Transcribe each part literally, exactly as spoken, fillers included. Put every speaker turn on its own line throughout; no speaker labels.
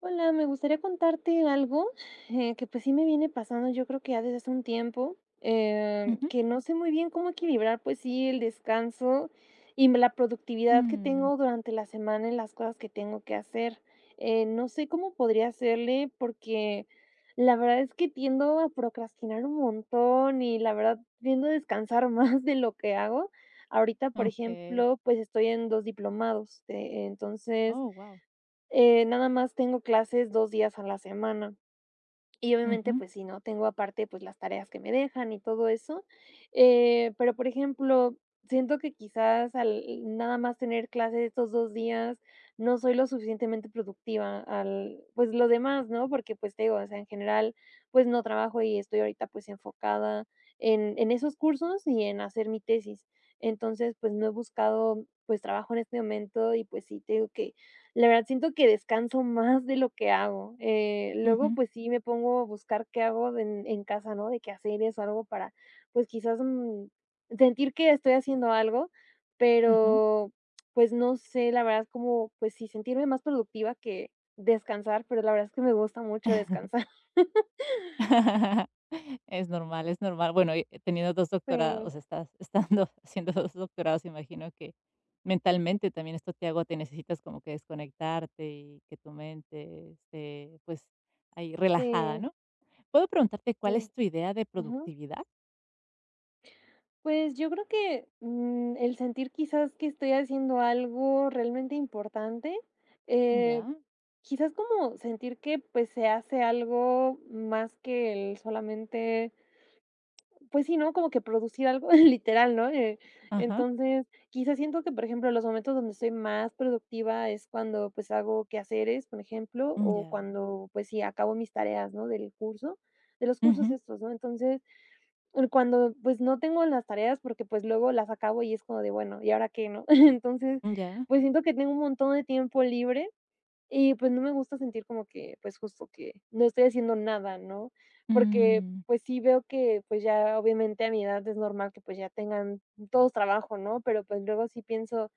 Hola, me gustaría contarte algo eh, que pues sí me viene pasando, yo creo que ya desde hace un tiempo, eh,
Ujú.
que no sé muy bien cómo equilibrar pues sí el descanso y la productividad que
Mm,
tengo durante la semana en las cosas que tengo que hacer. Eh, no sé cómo podría hacerle porque la verdad es que tiendo a procrastinar un montón y la verdad tiendo a descansar más de lo que hago. Ahorita, por
okey.
ejemplo, pues estoy en dos diplomados, eh, entonces
Oh, wow.
eh, nada más tengo clases dos días a la semana y obviamente,
Ujú,
pues sí, ¿no? Tengo aparte, pues las tareas que me dejan y todo eso, eh, pero, por ejemplo, siento que quizás al nada más tener clases estos dos días no soy lo suficientemente productiva al pues lo demás, ¿no? Porque, pues, te digo, o sea, en general, pues no trabajo y estoy ahorita, pues, enfocada en en esos cursos y en hacer mi tesis. Entonces, pues no he buscado, pues, trabajo en este momento y, pues sí, tengo que la verdad siento que descanso más de lo que hago. Eh, luego,
ujú,
pues sí, me pongo a buscar qué hago en en casa, ¿no? De qué hacer eso algo para, pues, quizás, mm, sentir que estoy haciendo algo,
ajá.
pero, pues, no sé, la verdad, como, pues sí, sentirme más productiva que descansar, pero la verdad es que me gusta mucho descansar.
Es normal, es normal. Bueno, y eh, teniendo dos
Sí,
doctorados, estás estando haciendo dos doctorados, imagino que mentalmente también esto te agota y necesitas como que desconectarte y que tu mente esté, pues, ahí relajada,
sí,
¿no? ¿Puedo preguntarte cuál es
sí.
tu idea de
Ujú.
productividad?
Pues yo creo que, mm, el sentir quizás que estoy haciendo algo realmente importante, eh,
Ya,
quizás como sentir que, pues, se hace algo más que el solamente, pues sí, ¿no? Como que producir algo literal, ¿no? Eh,
ajá,
entonces, quizás siento que, por ejemplo, los momentos donde estoy más productiva es cuando, pues, hago quehaceres, por ejemplo, o
ya,
cuando, pues sí, acabo mis tareas, ¿no? Del curso, de los cursos
ujú,
estos, ¿no? Entonces, cuando, pues, no tengo las tareas, porque, pues, luego las acabo y es como de, bueno, ¿y ahora qué, no? Entonces,
ya,
pues, siento que tengo un montón de tiempo libre y, pues, no me gusta sentir como que, pues, justo que no estoy haciendo nada, ¿no? Porque,
mm,
pues, sí veo que, pues, ya obviamente a mi edad es normal que, pues, ya tengan todos trabajo, ¿no? Pero, pues, luego sí pienso: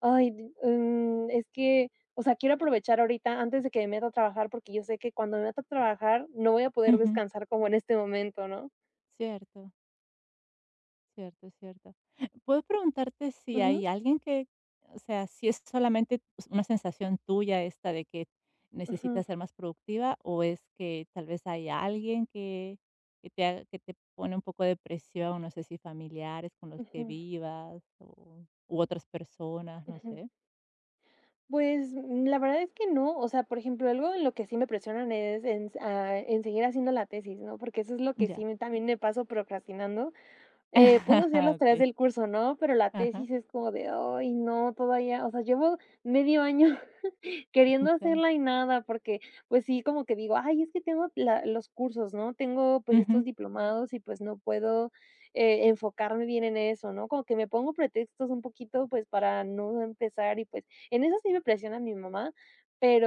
"Ay, di- mm, es que, o sea, quiero aprovechar ahorita antes de que me meta a trabajar, porque yo sé que cuando me meta a trabajar no voy a poder
ujú,
descansar como en este momento", ¿no?
cierto. Cierto, cierto. ¿Puedo preguntarte si
Ujú,
hay alguien que, o sea, si es solamente pues, una sensación tuya esta de que
ujú.
necesitas ser más productiva o es que tal vez hay alguien que, que te, ha- que te pone un poco de presión, no sé si familiares con los que
Ujú,
vivas o, u otras personas, no
ujú.
sé?
Pues, mm, la verdad es que no, o sea, por ejemplo, algo en lo que sí me presionan es en s ah, en seguir haciendo la tesis, ¿no? Porque eso es lo que sí
Ya.
me también me paso procrastinando. Eh, puedo hacer las tareas
Ok.
del curso, ¿no? Pero la
Ajá.
tesis es como de: "Ay, no, todavía", o sea, llevo medio año queriendo
Ya.
hacerla y nada, porque, pues sí, como que digo: "Ay, es que tengo la los cursos, ¿no? Tengo, pues, estos
Ujú,
diplomados y, pues, no puedo, eh, enfocarme bien en eso", ¿no? Como que me pongo pretextos un poquito, pues, para no empezar y, pues, en eso sí me presiona mi mamá,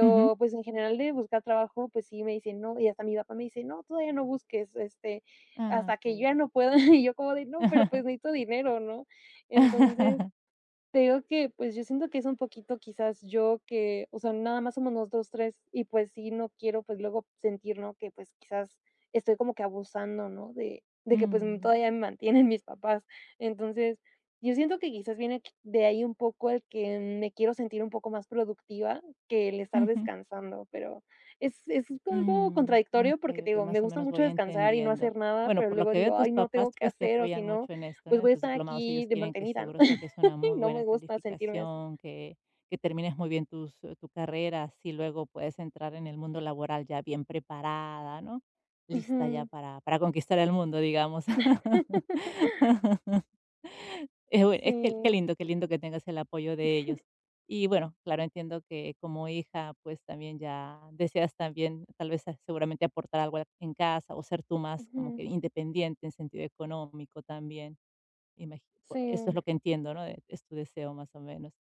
ujú.
pues, en general de buscar trabajo, pues sí me dice: "No", y hasta mi papá me dice: "No, todavía no busques, este,
Ah,
hasta que yo
ok.
ya no pueda", y yo como de: "No, pero, pues, necesito dinero", ¿no? Entonces te digo que, pues, yo siento que es un poquito quizás yo que, o sea, nada más somos nosotros tres y, pues, sí, no quiero, pues, luego sentir, ¿no?, que, pues, quizás estoy como que abusando, ¿no?, de de que, pues, mm,
Mm,
todavía me mantienen mis papás. Entonces, yo siento que quizás viene q de ahí un poco el que me quiero sentir un poco más productiva que el estar
ujú.
descansando, pero es es algo
Mm,
contradictorio porque,
okey,
te
okey,
digo, me
más o
gusta
menos
mucho
voy
descansar y no
entendiendo.
hacer nada,
Bueno,
pero
por lo
luego
que veo,
digo:
tus
"Ay, no,
papás,
tengo que
pues, te
hacer, o si
apoyan
no,
mucho en esto, ¿no?
pues
En
voy a
tus
estar
diplomados,
aquí
ellos
de
quieren que
mantenida", ¿no?
seguro saques una
Y
muy
no me
buena
gusta sentirme así.
calificación, que que termines muy bien tus eh, tu carrera, así luego puedes entrar en el mundo laboral ya bien preparada, ¿no? Lista ya
Ujú.
para para conquistar el mundo, digamos. Eh, bueno, es que qué
Sí,
lindo, qué lindo que tengas el apoyo de ellos. Y bueno, claro, entiendo que como hija, pues también ya deseas también tal vez a- seguramente aportar algo a- en casa o ser tú más como
ujú,
que independiente en sentido económico también. Imagi- po- Eso es
sí.
lo que entiendo, ¿no? De- Es tu deseo más o menos.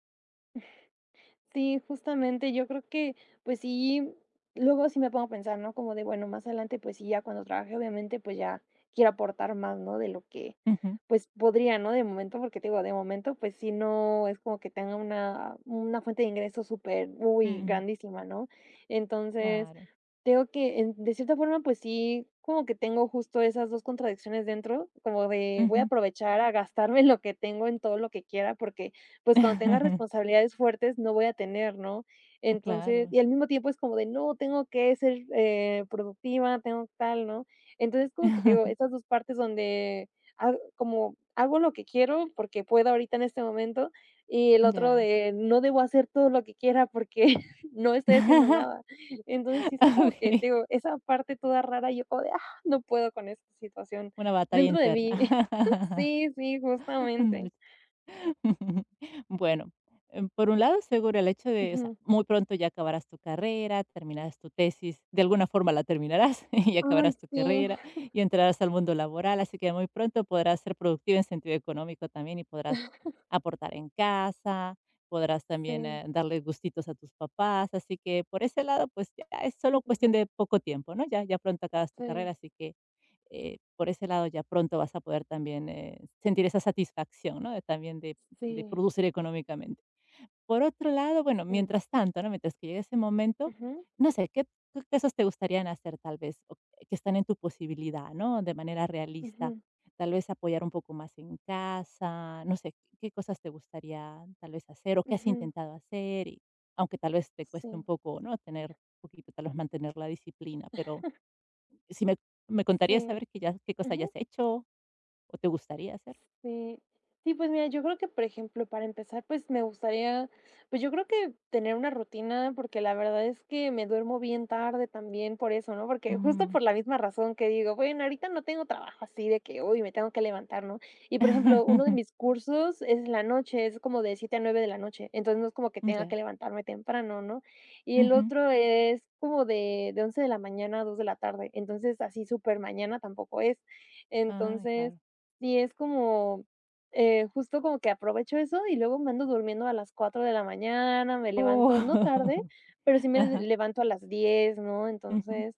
Sí, justamente, yo creo que, pues sí, luego sí me pongo a pensar, ¿no? Como de, bueno, más adelante, pues sí, ya cuando trabaje, obviamente, pues ya quiero aportar más, ¿no? De lo que,
Ujú,
pues podría, ¿no? De momento, porque te digo, de momento, pues sí, no es como que tenga una, una fuente de ingresos súper, uy,
ujú,
grandísima, ¿no? Entonces,
claro.
tengo que, en- de cierta forma, pues sí, como que tengo justo esas dos contradicciones dentro, como de voy a
Ujú.
aprovechar a gastarme lo que tengo en todo lo que quiera, porque pues, cuando tenga responsabilidades fuertes no voy a tener, ¿no? Entonces
Claro.
y al mismo tiempo es como de: "No, tengo que ser, eh, productiva, tengo tal", ¿no? Entonces, como que te digo, estas dos partes donde ha como hago lo que quiero porque puedo ahorita en este momento, y el otro
Ya.
de no debo hacer todo lo que quiera porque no estoy haciendo nada. Entonces, sí está como que, te
Ok.
digo, esa parte toda rara, yo como de: "Ah, no puedo con esta situación",
Una batalla
dentro de mí.
interna.
Sí, sí, justamente.
Ándale, Bueno, em, por un lado, seguro el hecho de, o sea,
Ujú.
muy pronto ya acabarás tu carrera, terminarás tu tesis, de alguna forma la terminarás y
Ay,
acabarás tu
sí.
carrera y entrarás al mundo laboral, así que muy pronto podrás ser productiva en sentido económico también y podrás aportar en casa, podrás también
Sí,
eh, darle gustitos a tus papás, así que por ese lado, pues ya es solo cuestión
ujú,
de poco tiempo, ¿no? Ya, ya pronto acabas tu carrera,
sí,
así que eh, por ese lado ya pronto vas a poder también eh, sentir esa satisfacción, ¿no? De también de de
sí,
producir económicamente. Por otro lado, bueno,
sí,
mientras tanto, ¿no? Mientras que llegue ese momento,
ujú,
no sé, ¿qué qué cosas te gustarían hacer tal vez, o que están en tu posibilidad? ¿No? De manera realista,
ujú,
tal vez apoyar un poco más en casa, no sé, ¿qué cosas te gustaría tal vez hacer o qué has
ujú,
intentado hacer? Y aunque tal vez te cueste un
sí,
poco, ¿no? Tener un poquito, tal vez mantener la disciplina, pero si me me contarías
sí,
saber qué ya qué cosa hayas
ujú.
hecho o te gustaría hacer.
Sí. Sí, pues mira, yo creo que, por ejemplo, para empezar, pues me gustaría, pues yo creo que tener una rutina, porque la verdad es que me duermo bien tarde también por eso, ¿no? Porque justo
Mm.
por la misma razón que digo, bueno, ahorita no tengo trabajo así de que, uy, me tengo que levantar, ¿no? Y por ejemplo, uno de mis cursos es la noche, es como de siete a nueve de la noche, entonces no es como que tenga que
Ya.
levantarme temprano, ¿no? Y el
Ujú.
otro es como de, de once de la mañana a dos de la tarde, entonces así súper mañana tampoco es.
Ah,
Entonces...
claro.
Sí, es como, eh, justo como que aprovecho eso y luego me ando durmiendo a las cuatro de la mañana, me levanto, no tarde,
Oh.
pero sí me
Ajá.
levanto a las diez, ¿no?
Ujú,
Entonces,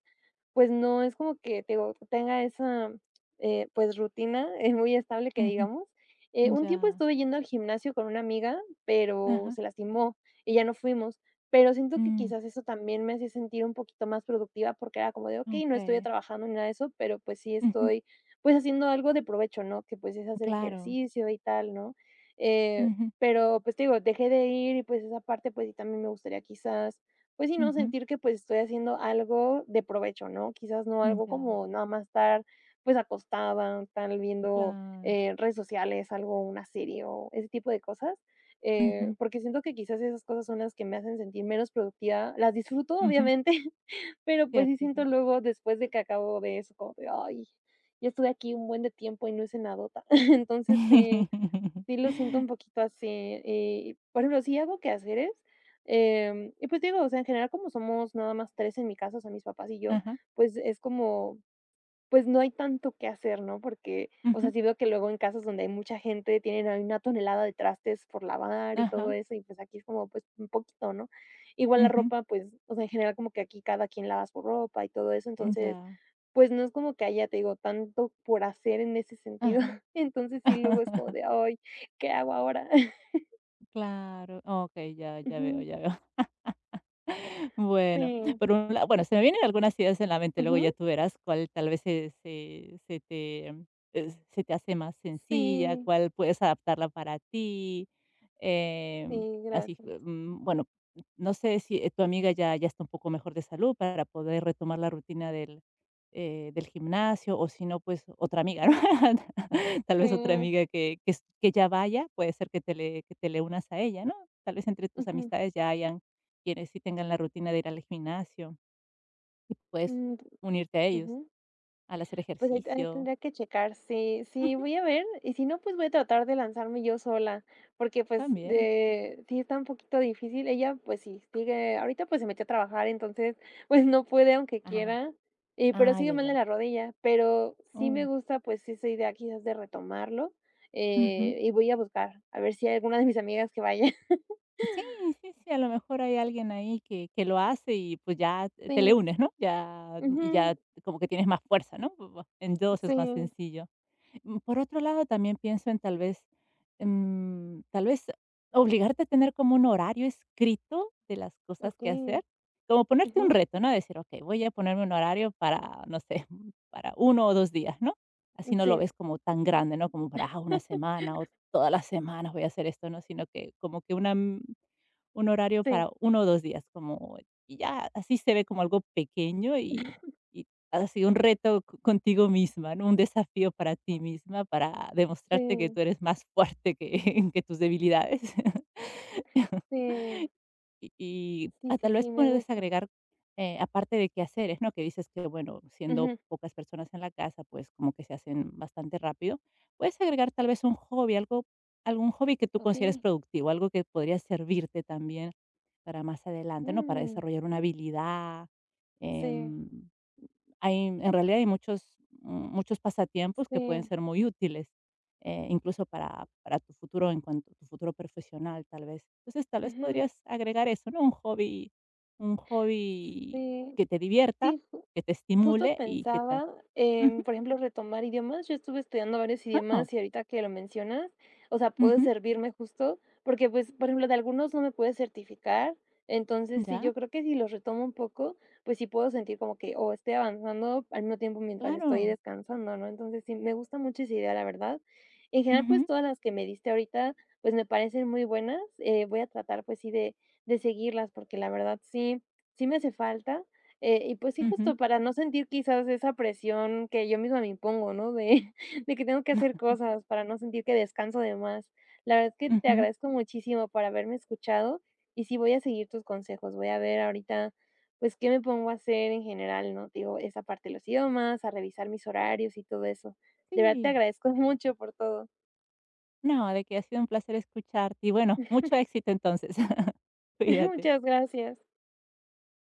pues no, es como que, te digo, tenga esa, eh, pues, rutina, eh, muy estable que
ujú.
digamos. Eh, un tiempo
Ya.
estuve yendo al gimnasio con una amiga, pero
Ajá.
se lastimó y ya no fuimos, pero siento que
Mm,
quizás eso también me hacía sentir un poquito más productiva, porque era como de: "Ok, no estoy
okey.
trabajando ni nada de eso, pero, pues, sí
Ujú.
estoy, pues, haciendo algo de provecho", ¿no? Que, pues, es hacer
Claro.
ejercicio y tal, ¿no? Eh,
Ujú,
pero, pues, te digo, dejé de ir y, pues, esa parte, pues, sí también me gustaría quizás pues sí, ¿no?
ujú.
Sentir que, pues, estoy haciendo algo de provecho, ¿no? Quizás no algo
Ya.
como nada más estar, pues, acostada, estar viendo,
Claro.
eh, redes sociales, algo, una serie o ese tipo de cosas, eh,
Ujú,
porque siento que quizás esas cosas son las que me hacen sentir menos productiva. Las disfruto,
ujú.
obviamente, pero, pues, sí
Cierto,
siento
sí.
luego después de que acabo de eso, como de: "Ay, ya estuve aquí un buen de tiempo y no hice nada". Entonces, sí. Sí lo siento un poquito así, y, por ejemplo, sí hago quehaceres, em, y pues digo, o sea, en general, como somos nada más tres en mi casa, o sea, mis papás y yo,
Ajá.
pues es como, pues no hay tanto que hacer, ¿no? Porque, o sea,
Ujú.
sí veo que luego en casas donde hay mucha gente tienen ahí una tonelada de trastes por lavar y todo
Ajá.
eso, y pues aquí es como, pues un poquito, ¿no? Igual la
Ujú.
ropa, pues, o sea, en general, como que aquí cada quien lava su ropa y todo eso, entonces
Ya.
pues no es como que haya, te digo, tanto por hacer en ese sentido.
Ajá.
Entonces sí, luego es como de: "Ay, ¿qué hago ahora?".
Claro. Okey, ya, ya veo,
Ujú,
ya veo. Bueno,
sí,
por un la bueno, se me vienen algunas ideas en la mente, luego ya
ujú,
tú verás cuál tal vez se se se te, mm, se te hace más sencilla,
sí,
cuál puedes adaptarla para ti, em,
sí,
así,
gracias.
mm, bueno, no sé si, eh, tu amiga ya ya está un poco mejor de salud para poder retomar la rutina del, eh, del gimnasio, o si no, pues otra amiga, ¿no?
Ujú,
Tal vez otra
sí,
amiga que que s que ya vaya, puede ser que te le que te le unas a ella, ¿no? Tal vez entre tus
ujú,
amistades ya hayan quienes sí tengan la rutina de ir al gimnasio y puedes
mm,
unirte a
ujú.
ellos al hacer
Pues ahí ahí
ejercicio.
tendría que checar, sí, sí,
Ujú,
voy a ver, y si no, pues voy a tratar de lanzarme yo sola, porque, pues,
también.
de sí está un poquito difícil. Ella, pues sí, sigue ahorita, pues, se metió a trabajar, entonces, pues, no puede aunque
Ah,
quiera, y pero
ah,
sigue
ya,
mal de
ya.
la rodilla, pero sí me
Oh,
gusta, pues, esa idea quizás de retomarlo,
ujú.
eh, y voy a buscar, a ver si hay alguna de mis amigas que vaya.
Sí, sí, sí, a lo mejor hay alguien ahí que, que lo hace y pues ya te
Sí,
te le unes, ¿no? Ya, y
ujú,
ya como que tienes más fuerza, ¿no? Entonces
sí,
es más sencillo. Mm, por otro lado, también pienso en tal vez, mm, tal vez obligarte a tener como un horario escrito de las cosas que
okey,
hacer, como ponerte un
ujú,
reto, ¿no? Decir: "Okey, voy a ponerme un horario para, no sé, para uno o dos días", ¿no? Así no lo
sí,
ves como tan grande, ¿no? Como para, ah, una semana o todas las semanas voy a hacer esto, ¿no? Sino que como que una, mm un horario
sí,
para uno o dos días, como y ya así se ve como algo pequeño y y así un reto co contigo misma, ¿no? Un desafío para ti misma, para demostrarte que
sí,
tú eres más fuerte que que tus debilidades.
sí.
Y y,
Sí,
ah,
sí,
tal
sí,
vez
me
puedes
gusta.
agregar, eh, aparte de qué hacer es ¿no? Que dices que, bueno, siendo
Ujú,
pocas personas en la casa, pues, como que se hacen bastante rápido. Puedes agregar tal vez un hobby, algo algún hobby que tú consideres
okey.
productivo, algo que podría servirte también para más adelante, ¿no? Para
Mm,
desarrollar una habilidad.
sí,
em, hay, en realidad hay muchos, mm, muchos pasatiempos que pueden
sí,
ser muy útiles, eh, incluso para, para tu futuro, en cuanto a tu futuro profesional, tal vez. Entonces, tal vez
ujú,
podrías agregar eso, ¿no? Un hobby, un hobby
sí,
que te divierta,
sí.
que te
Justo
estimule y que te...
pensaba en,
Ujú,
por ejemplo, retomar idiomas. Yo estuve estudiando varios
ah,
idiomas y ahorita que lo mencionas, o sea, puede
ujú,
servirme justo, porque pues, por ejemplo, de algunos no me pude certificar. Entonces, sí,
ya,
yo creo que si los retomo un poco, pues sí puedo sentir como que o estoy avanzando al mismo tiempo mientras estoy
claro.
descansando, ¿no? Entonces, sí, me gusta mucho esa idea, la verdad. En general, pues
Ujú,
todas las que me diste ahorita, pues me parecen muy buenas. Eh, voy a tratar, pues sí, de, de seguirlas, porque la verdad sí, sí me hace falta. Eh, y pues sí,
ujú,
justo para no sentir quizás esa presión que yo misma me impongo, ¿no? De, de que tengo que hacer cosas para no sentir que descanso de más. La verdad es que te
ujú,
agradezco muchísimo por haberme escuchado y sí voy a seguir tus consejos. Voy a ver ahorita, pues, qué me pongo a hacer en general, ¿no? Digo, esa parte de los idiomas, a revisar mis horarios y todo eso. De verdad te
sí.
agradezco mucho por todo.
No, de que ha sido un placer escucharte y bueno, mucho éxito entonces. Cuídate.
Muchas gracias.